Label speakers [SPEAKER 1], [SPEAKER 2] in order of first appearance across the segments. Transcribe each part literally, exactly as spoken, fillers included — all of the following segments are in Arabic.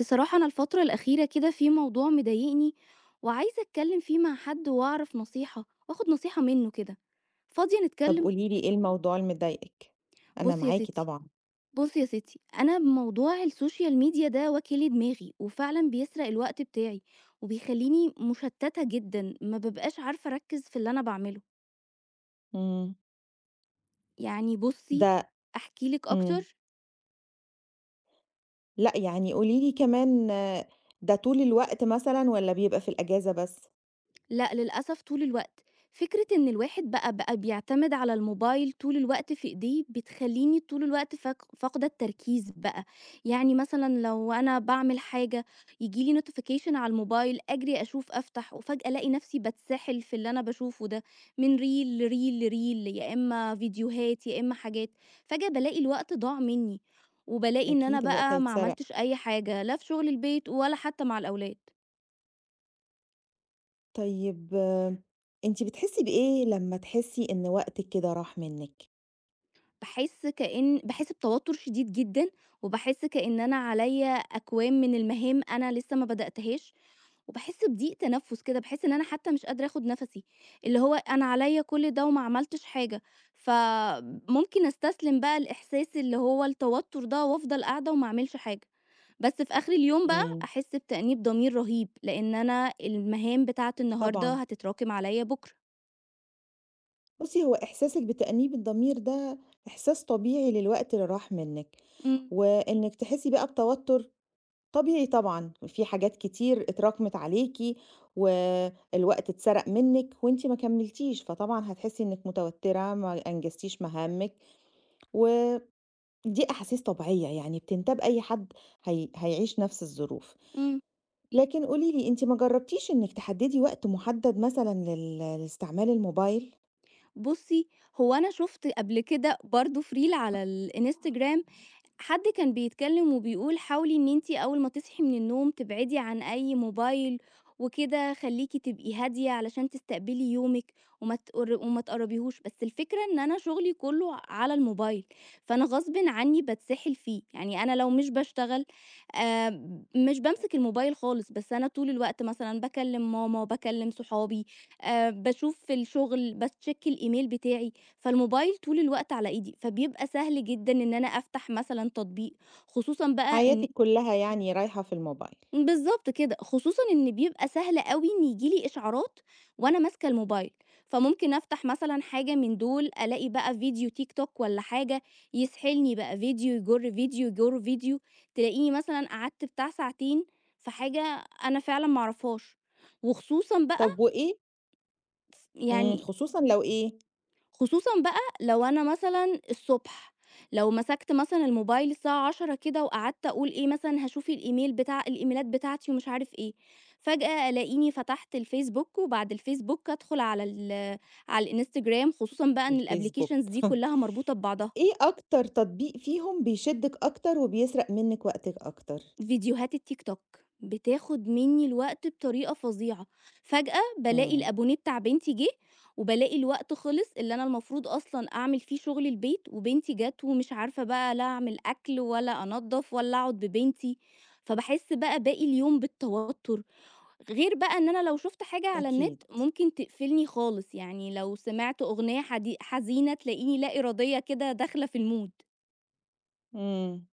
[SPEAKER 1] بصراحة، أنا الفترة الأخيرة كده في موضوع مضايقني، وعايزة أتكلم فيه مع حد وأعرف نصيحة وآخد نصيحة منه كده. فاضية
[SPEAKER 2] طب
[SPEAKER 1] نتكلم؟
[SPEAKER 2] قولي لي إيه الموضوع اللي مضايقِك؟ أنا
[SPEAKER 1] بصي يا
[SPEAKER 2] معاكِ
[SPEAKER 1] ستي
[SPEAKER 2] طبعًا.
[SPEAKER 1] بصي يا ستي أنا بموضوع السوشيال ميديا ده واكل دماغي، وفعلا بيسرق الوقت بتاعي، وبيخليني مشتتة جدا، ما ببقاش عارفة أركز في اللي أنا بعمله.
[SPEAKER 2] إمم،
[SPEAKER 1] يعني بصي،
[SPEAKER 2] ده
[SPEAKER 1] أحكيلك
[SPEAKER 2] إمم.
[SPEAKER 1] أكتر.
[SPEAKER 2] لأ، يعني قولي لي كمان آه، ده طول الوقت مثلًا والّا بيبقى في الأجازة بس؟
[SPEAKER 1] لأ، للأسف طول الوقت. فكرة إن الواحد بقى بقى بيعتمد على الموبايل طول الوقت في إيديه، بتخلّيني طول الوقت فاق فاقدة التركيز بقى. يعني مثلًا لو أنا باعمل حاجة، ييجي لي notification على الموبايل، أجري أشوف أفتح، وفجأة ألاقي نفسي باتسحل في اللي أنا باشوفه ده، من ريل لريل لريل، يا إمّا فيديوهات، يا إمّا حاجات. فجأة بالاقي الوقت ضاع منّي، وبالاقي إن أنا
[SPEAKER 2] أكيد الوقت
[SPEAKER 1] بقى ما
[SPEAKER 2] هيتسرق.
[SPEAKER 1] عملتش أي حاجة، لا في شغل البيت ولا حتى مع الأولاد.
[SPEAKER 2] طيب أنتِ بتحسّي بإيه لمّا تحسّي إن وقتِك كده راح منِّك؟
[SPEAKER 1] باحس كإن باحس بتوتر شديد جدًا، وباحس كإن أنا عليَّ أكوام من المهام أنا لسه ما بدأتهاش، وباحس بضيق تنفس كده، باحس إن أنا حتى مش قادرة آخد نفسي، اللي هو أنا عليَّ كل ده وما عملتش حاجة، فممكن أستسلم بقى لإحساس اللي هو التوتر ده وأفضل قاعدة وما أعملش حاجة، بس في آخر اليوم بقى
[SPEAKER 2] إمم،
[SPEAKER 1] أحس بتأنيب ضمير رهيب، لإن أنا المهام بتاعة النهارده
[SPEAKER 2] طبعًا.
[SPEAKER 1] هتتراكم عليَّ بكرة.
[SPEAKER 2] بُصّي، هو إحساسِك بتأنيب الضمير ده إحساس طبيعي للوقت اللي راح منِّك،
[SPEAKER 1] إمم.
[SPEAKER 2] وإنِّك تحسّي بقى بتوتُّر طبيعي طبعًا، في حاجات كتير اتراكمت عليكِ، والوقت اتسرق منِّك وأنتِ ما كمّلتيش، فطبعًا هتحسّي إنِّك متوتّرة، ما أنجزتيش مهامِّك، ودي أحاسيس طبيعية يعني بتنتاب أي حد هي هيعيش نفس الظروف.
[SPEAKER 1] إمم.
[SPEAKER 2] لكن قولي لي أنتِ ما جرّبتيش إنِّك تحدّدي وقت محدّد مثلًا لل لاستعمال الموبايل؟
[SPEAKER 1] بُصّي، هو أنا شُفت قبل كده برضه Reel على الInstagram، حد كان بيتكلم وبيقول حاولي إن أنتِ أول ما تصحي من النوم تبعدي عن أي موبايل وكده، خلّيكِ تبقي هادية علشان تستقبلي يومِك وما تقر وما تقرّبيهوش. بس الفكرة إن أنا شغلي كُلّه على الموبايل، فأنا غصبٍ عنّي باتسحل فيه. يعني أنا لو مش باشتغل آآ مش بامسك الموبايل خالص، بس أنا طول الوقت مثلًا باكلّم ماما، باكلّم صحابي، آآ باشوف الشغل، باcheck الإيميل بتاعي. فالموبايل طول الوقت على إيدي، فبيبقى سهل جدًا إن أنا أفتح مثلًا تطبيق، خصوصًا بقى إن
[SPEAKER 2] حياتِك كلّها يعني رايحة في الموبايل،
[SPEAKER 1] بالضبط كده، خصوصًا إن بيبقى سهل أوي إن ييجي لي إشعارات وأنا ماسكة الموبايل، فممكن أفتح مثلًا حاجة من دول، ألاقي بقى فيديو تيك توك والّا حاجة، يسحلني بقى فيديو يجر فيديو، يجر فيديو، تلاقيني مثلًا قعدت بتاع ساعتين في حاجة أنا فعلًا ما أعرفهاش. وخصوصًا بقى
[SPEAKER 2] طَب وإيه
[SPEAKER 1] ف
[SPEAKER 2] إمم،
[SPEAKER 1] يعني
[SPEAKER 2] خصوصًا لو إيه؟
[SPEAKER 1] خصوصًا بقى لو أنا مثلًا الصبح، لو مسكت مثلًا الموبايل الساعة عشرة كده وقعدت أقول إيه مثلًا هاشوف الإيميل بتاع الإيميلات بتاعتي ومش عارف إيه، فجأة ألاقيني فتحت الفيسبوك وبعد الفيسبوك أدخل على ال على الإنستجرام، خصوصًا بقى إن
[SPEAKER 2] الفيسبوك.
[SPEAKER 1] الapplications دي كلها مربوطة ببعضها.
[SPEAKER 2] إيه أكتر تطبيق فيهم بيشدِّك أكتر وبيسرق منِّك وقتِك أكتر؟
[SPEAKER 1] فيديوهات التيك توك بتاخد مني الوقت بطريقة فظيعة، فجأة بالاقي
[SPEAKER 2] إمم،
[SPEAKER 1] الأبونيه بتاع بنتي جِه، وبالاقي الوقت خلص اللي أنا المفروض أصلًا أعمل فيه شغل البيت، وبنتي جات ومش عارفة بقى لا أعمل أكل ولا أنضّف ولا أقعد ببنتي، فباحس بقى باقي اليوم بالتوتر، غير بقى إن أنا لو شُفت حاجة على النت
[SPEAKER 2] أكيد،
[SPEAKER 1] ممكن تقفلني خالص، يعني لو سمعت أغنية حدي حزينة تلاقيني لا إرادية كده داخلة في الmood.
[SPEAKER 2] إمم.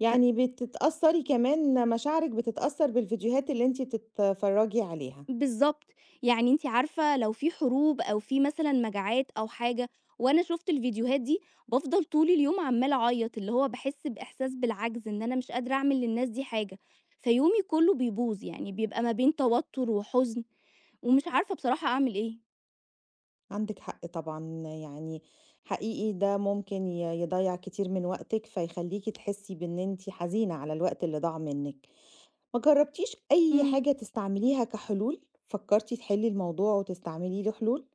[SPEAKER 2] يعني بتتأثّري كمان مشاعرِك بتتأثّر بالفيديوهات اللي أنتِ بتتفرّجي عليها،
[SPEAKER 1] بالضبط، يعني أنتِ عارفة لو في حروب أو في مثلًا مجاعات أو حاجة وأنا شُفت الفيديوهات دي، بافضل طول اليوم عمّالة أعيّط، اللي هو باحس بإحساس بالعجز إن أنا مش قادرة أعمل للناس دي حاجة، فيومي كلّه بيبوظ، يعني بيبقى ما بين توتر وحزن، ومش عارفة بصراحة أعمل إيه.
[SPEAKER 2] عندِك حق طبعًا، يعني حقيقي ده ممكن ي يضيّع كتير من وقتِك، فيخلّيكِ تحسّي بإن أنتِ حزينة على الوقت اللي ضاع منِّك. ما جرّبتيش أي
[SPEAKER 1] إمم.
[SPEAKER 2] حاجة تستعمليها كحلول؟ فكّرتِ تحلّي الموضوع وتستعملي له حلول؟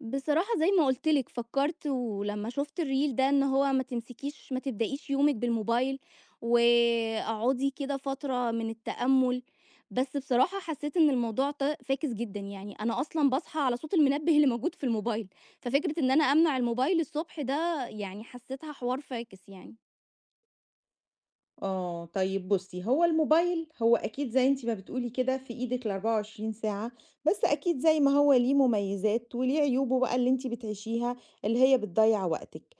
[SPEAKER 1] بصراحة زي ما قُلت لِك، فكّرت ولمّا شُفت الreel ده إن هو ما تمسكيش ما تبدأيش يومِك بالموبايل، واقعدي كده فترة من التأمُّل، بس بصراحة حسّيت إن الموضوع ط فاكس جدًا، يعني أنا أصلًا باصحى على صوت المنبه اللي موجود في الموبايل، ففكرة إن أنا أمنع الموبايل الصبح ده يعني حسّيتها حوار فاكس يعني.
[SPEAKER 2] آه، طيب بُصّي، هو الموبايل هو أكيد زي أنتِ ما بتقولي كده في إيدِك ال24 ساعة، بس أكيد زي ما هو ليه مميزات وليه عيوبه بقى اللي أنتِ بتعيشيها اللي هي بتضيّع وقتِك.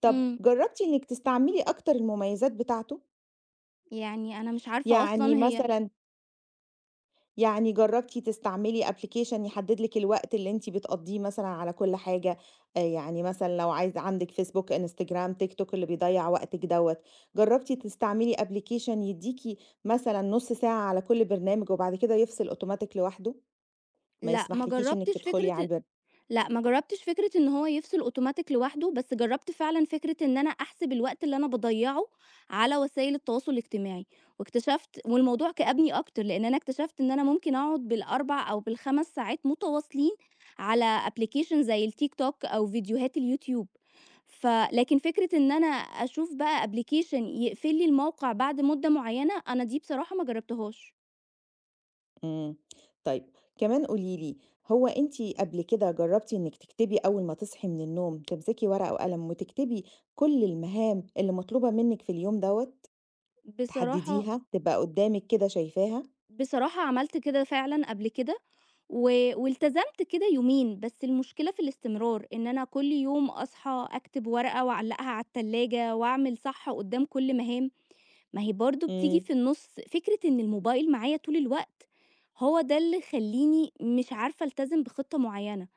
[SPEAKER 2] طَب
[SPEAKER 1] إمم.
[SPEAKER 2] جرّبتِ إنِّك تستعملي أكتر المميزات بتاعته؟
[SPEAKER 1] يعني أنا مش عارفة أصلًا
[SPEAKER 2] يعني
[SPEAKER 1] هي
[SPEAKER 2] مثلًا يعني جرّبتِ تستعملي application يحدد لِك الوقت اللي أنتِ بتقضّيه مثلًا على كل حاجة، آآ يعني مثلًا لو عايزة عندِك فيسبوك، إنستجرام، تيك توك اللي بيضيّع وقتِك دوّة، جرّبتِ تستعملي application يدّيكِ مثلًا نُص ساعة على كل برنامج وبعد كده يفصل automatic لوحده، ما
[SPEAKER 1] لأ، ما
[SPEAKER 2] يسمحلكيش إنِّك
[SPEAKER 1] جرّبتش
[SPEAKER 2] تدخلي على
[SPEAKER 1] فكرة
[SPEAKER 2] البر
[SPEAKER 1] لأ، ما جرّبتش فكرة إن هو يفصل أوتوماتيك لوحده. بس جرّبت فعلًا فكرة إن أنا أحسب الوقت اللي أنا باضيّعه على وسائل التواصل الاجتماعي، واكتشفت والموضوع كأبني أكتر، لإن أنا اكتشفت إن أنا ممكن أقعد بالأربع أو بالخمس ساعات متواصلين على application زي الTikTok أو فيديوهات اليوتيوب. ف لكن فكرة إن أنا أشوف بقى application يقفل لي الموقع بعد مدة معيّنة، أنا دي بصراحة ما جرّبتهاش.
[SPEAKER 2] إمم، طيب كمان قولي لي، هو أنتِ قبل كده جرّبتِ إنِّك تكتبي أول ما تصحي من النوم، تمسكي ورقة وقلم وتكتبي كل المهام اللي مطلوبة منِّك في اليوم دوّة؟
[SPEAKER 1] بصراحة
[SPEAKER 2] تحدديها، تبقى قدّامِك كده شايفاها،
[SPEAKER 1] بصراحة عملت كده فعلًا قبل كده، و والتزمت كده يومين، بس المشكلة في الاستمرار، إن أنا كل يوم أصحى أكتب ورقة وأعلقها على التلاجة وأعمل صح قدّام كل مهام، ما هي برضه بتيجي
[SPEAKER 2] إمم،
[SPEAKER 1] في النُص فكرة إن الموبايل معايا طول الوقت، هو ده اللي خلّيني مش عارفة ألتزم بخطة معيّنة.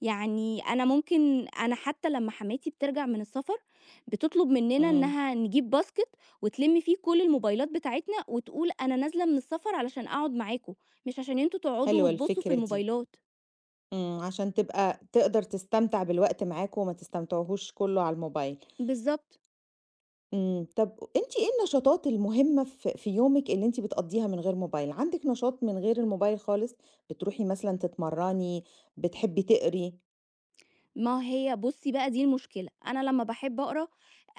[SPEAKER 1] يعني أنا ممكن أنا حتى لمّا حماتي بترجع من السفر، بتطلب مننا
[SPEAKER 2] إمم،
[SPEAKER 1] إنها نجيب باسكت وتلِم فيه كل الموبايلات بتاعتنا وتقول أنا نازلة من السفر علشان أقعد معاكم، مش عشان أنتم تقعدوا
[SPEAKER 2] حلوة
[SPEAKER 1] وتبُصّوا في
[SPEAKER 2] الفكرة دي،
[SPEAKER 1] الموبايلات.
[SPEAKER 2] إمم، عشان تبقى تقدر تستمتع بالوقت معاكم وما تستمتعوهوش كلّه على الموبايل،
[SPEAKER 1] بالضبط.
[SPEAKER 2] إمم، طب أنتِ إيه النشاطات المهمة في في يومِك اللي أنتِ بتقضّيها من غير موبايل؟ عندِك نشاط من غير الموبايل خالص؟ بتروحي مثلًا تتمرّني، بتحبي تقري؟
[SPEAKER 1] ما هي بُصّي بقى دي المشكلة، أنا لمّا باحب أقرا،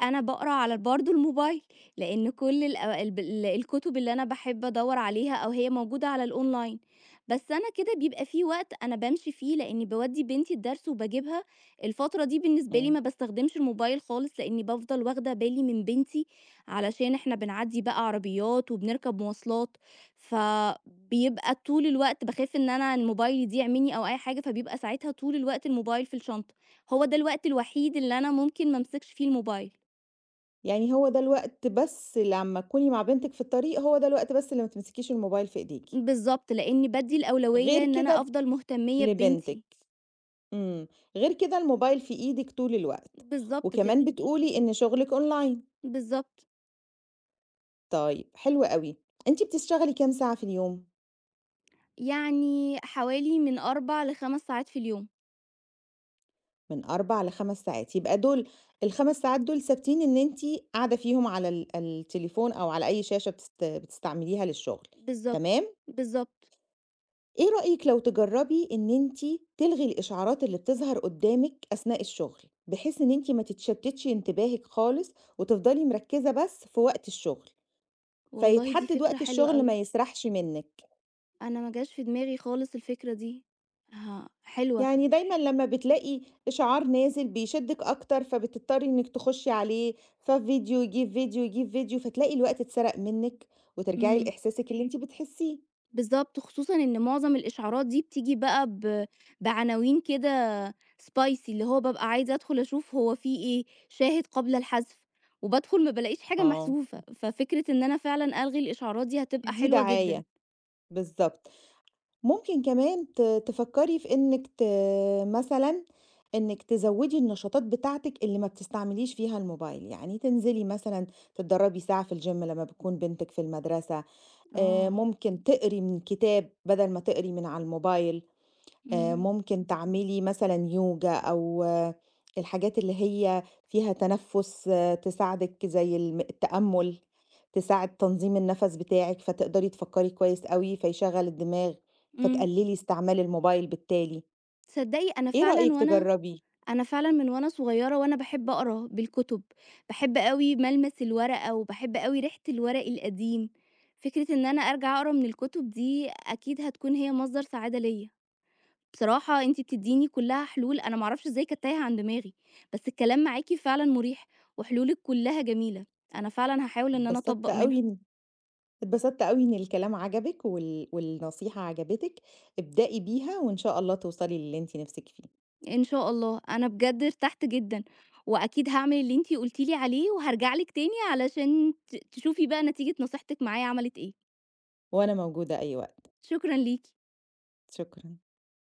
[SPEAKER 1] أنا باقرا على برضه الموبايل، لإن كل الأو الب ال الكتب اللي أنا باحب أدوّر عليها أو هي موجودة على الأونلاين، بس أنا كده بيبقى في وقت أنا بامشي فيه لإني باودّي بنتي الدرس وباجيبها، الفترة دي بالنسبة لي
[SPEAKER 2] إمم.
[SPEAKER 1] ما باستخدمش الموبايل خالص لإني بافضل واخدة بالي من بنتي، علشان إحنا بنعدّي بقى عربيات وبنركب مواصلات، فبيبقى طول الوقت باخاف إن أنا الموبايل يضيع منّي أو أي حاجة، فبيبقى ساعتها طول الوقت الموبايل في الشنطة، هو ده الوقت الوحيد اللي أنا ممكن ما امسكش فيه الموبايل.
[SPEAKER 2] يعني هو ده الوقت بس لمّا تكوني مع بنتِك في الطريق، هو ده الوقت بس اللي ما تمسكيش الموبايل في إيديكِ،
[SPEAKER 1] بالضبط، لإني بادّي الأولوية
[SPEAKER 2] غير
[SPEAKER 1] إن أنا
[SPEAKER 2] كده
[SPEAKER 1] أفضل مهتمية
[SPEAKER 2] لبنتِك،
[SPEAKER 1] ببنتي.
[SPEAKER 2] إمم، غير كده الموبايل في إيدِك طول الوقت،
[SPEAKER 1] بالضبط كده.
[SPEAKER 2] وكمان بتقولي إن شغلِك أونلاين،
[SPEAKER 1] بالضبط.
[SPEAKER 2] طيب حلو أوي، أنتِ بتشتغلي كام ساعة في اليوم؟
[SPEAKER 1] يعني حوالي من أربع لخمس ساعات في اليوم.
[SPEAKER 2] من أربع ل5 ساعات، يبقى دول ال5 ساعات دول ثابتين إن أنتِ قاعدة فيهم على ال التليفون أو على أي شاشة بتست بتستعمليها للشغل،
[SPEAKER 1] بالضبط،
[SPEAKER 2] تمام؟
[SPEAKER 1] بالضبط.
[SPEAKER 2] إيه رأيِك لو تجرّبي إن أنتِ تلغي الإشعارات اللي بتظهر قدّامِك أثناء الشغل، بحيث إن أنتِ ما تتشتتش انتباهِك خالص، وتفضلي مركّزة بس في وقت الشغل،
[SPEAKER 1] والله دي
[SPEAKER 2] فيتحدد
[SPEAKER 1] فكرة
[SPEAKER 2] وقت
[SPEAKER 1] حلوة
[SPEAKER 2] الشغل
[SPEAKER 1] أوي،
[SPEAKER 2] ما يسرحش منِّك،
[SPEAKER 1] أنا ما جاش في دماغي خالص الفكرة دي. ها، حلوة.
[SPEAKER 2] يعني دايمًا لمّا بتلاقي إشعار نازل بيشدِّك أكتر، فبتضطري إنِّك تخشي عليه، ففيديو يجيب فيديو، يجيب فيديو، فتلاقي الوقت اتسرق منِّك، وترجعي
[SPEAKER 1] إمم.
[SPEAKER 2] لإحساسِك اللي أنتِ بتحسيه.
[SPEAKER 1] بالضبط، خصوصًا إن معظم الإشعارات دي بتيجي بقى ب بعناوين كده spicy اللي هو بابقى عايزة أدخل أشوف هو في إيه، شاهد قبل الحذف، وبادخل ما بالاقيش حاجة
[SPEAKER 2] آه.
[SPEAKER 1] محذوفة، ففكرة إن أنا فعلًا ألغي الإشعارات دي هتبقى
[SPEAKER 2] دي
[SPEAKER 1] حلوة جدًا.
[SPEAKER 2] دعاية، بالضبط. ممكن كمان ت تفكّري في إنِّك ت مثلًا إنِّك تزوّدي النشاطات بتاعتِك اللي ما بتستعمليش فيها الموبايل، يعني تنزلي مثلًا تتدرّبي ساعة في الgym لمّا بتكون بنتِك في المدرسة، آآ
[SPEAKER 1] آه.
[SPEAKER 2] ممكن تقري من كتاب بدل ما تقري من على الموبايل. آآ
[SPEAKER 1] إمم.
[SPEAKER 2] ممكن تعملي مثلًا يوجا أو آه، الحاجات اللي هي فيها تنفُّس آه، تساعدِك زي الم التأمُّل، تساعد تنظيم النَفَس بتاعِك، فتقدري تفكّري كويس أوي، فيشغّل الدماغ،
[SPEAKER 1] إمم.
[SPEAKER 2] فتقلّلي استعمال الموبايل بالتالي.
[SPEAKER 1] تصدقي، أنا
[SPEAKER 2] إيه
[SPEAKER 1] فعلًا
[SPEAKER 2] رأيِك
[SPEAKER 1] وأنا
[SPEAKER 2] تجرّبيه؟
[SPEAKER 1] أنا فعلًا من وأنا صغيرة وأنا باحب أقرا بالكُتب، باحب أوي ملمس الورقة وباحب أوي ريحة الورق القديم، فكرة إن أنا أرجع أقرا من الكُتب دي أكيد هتكون هي مصدر سعادة ليّا. بصراحة أنتِ بتدّيني كلّها حلول أنا ما أعرفش إزاي كانت تايهة عن دماغي، بس الكلام معاكِ فعلًا مريح، وحلولِك كلّها جميلة، أنا فعلًا هاحاول إن أنا
[SPEAKER 2] اتبسطت
[SPEAKER 1] أطبّق منها.
[SPEAKER 2] أوي إن اتبسطت أوي إن الكلام عجبِك وال والنصيحة عجبتِك، ابدئي بيها وإن شاء الله توصلي للي أنتِ نِفْسِك فيه،
[SPEAKER 1] إن شاء الله، أنا بجد ارتحت جدًا، وأكيد هاعمل اللي أنتِ قلتِ لي عليه، وهارجع لِك تاني علشان ت تشوفي بقى نتيجة نصيحتِك معايا عملت إيه.
[SPEAKER 2] وأنا موجودة أي وقت.
[SPEAKER 1] شكرًا ليكِ.
[SPEAKER 2] شكرًا.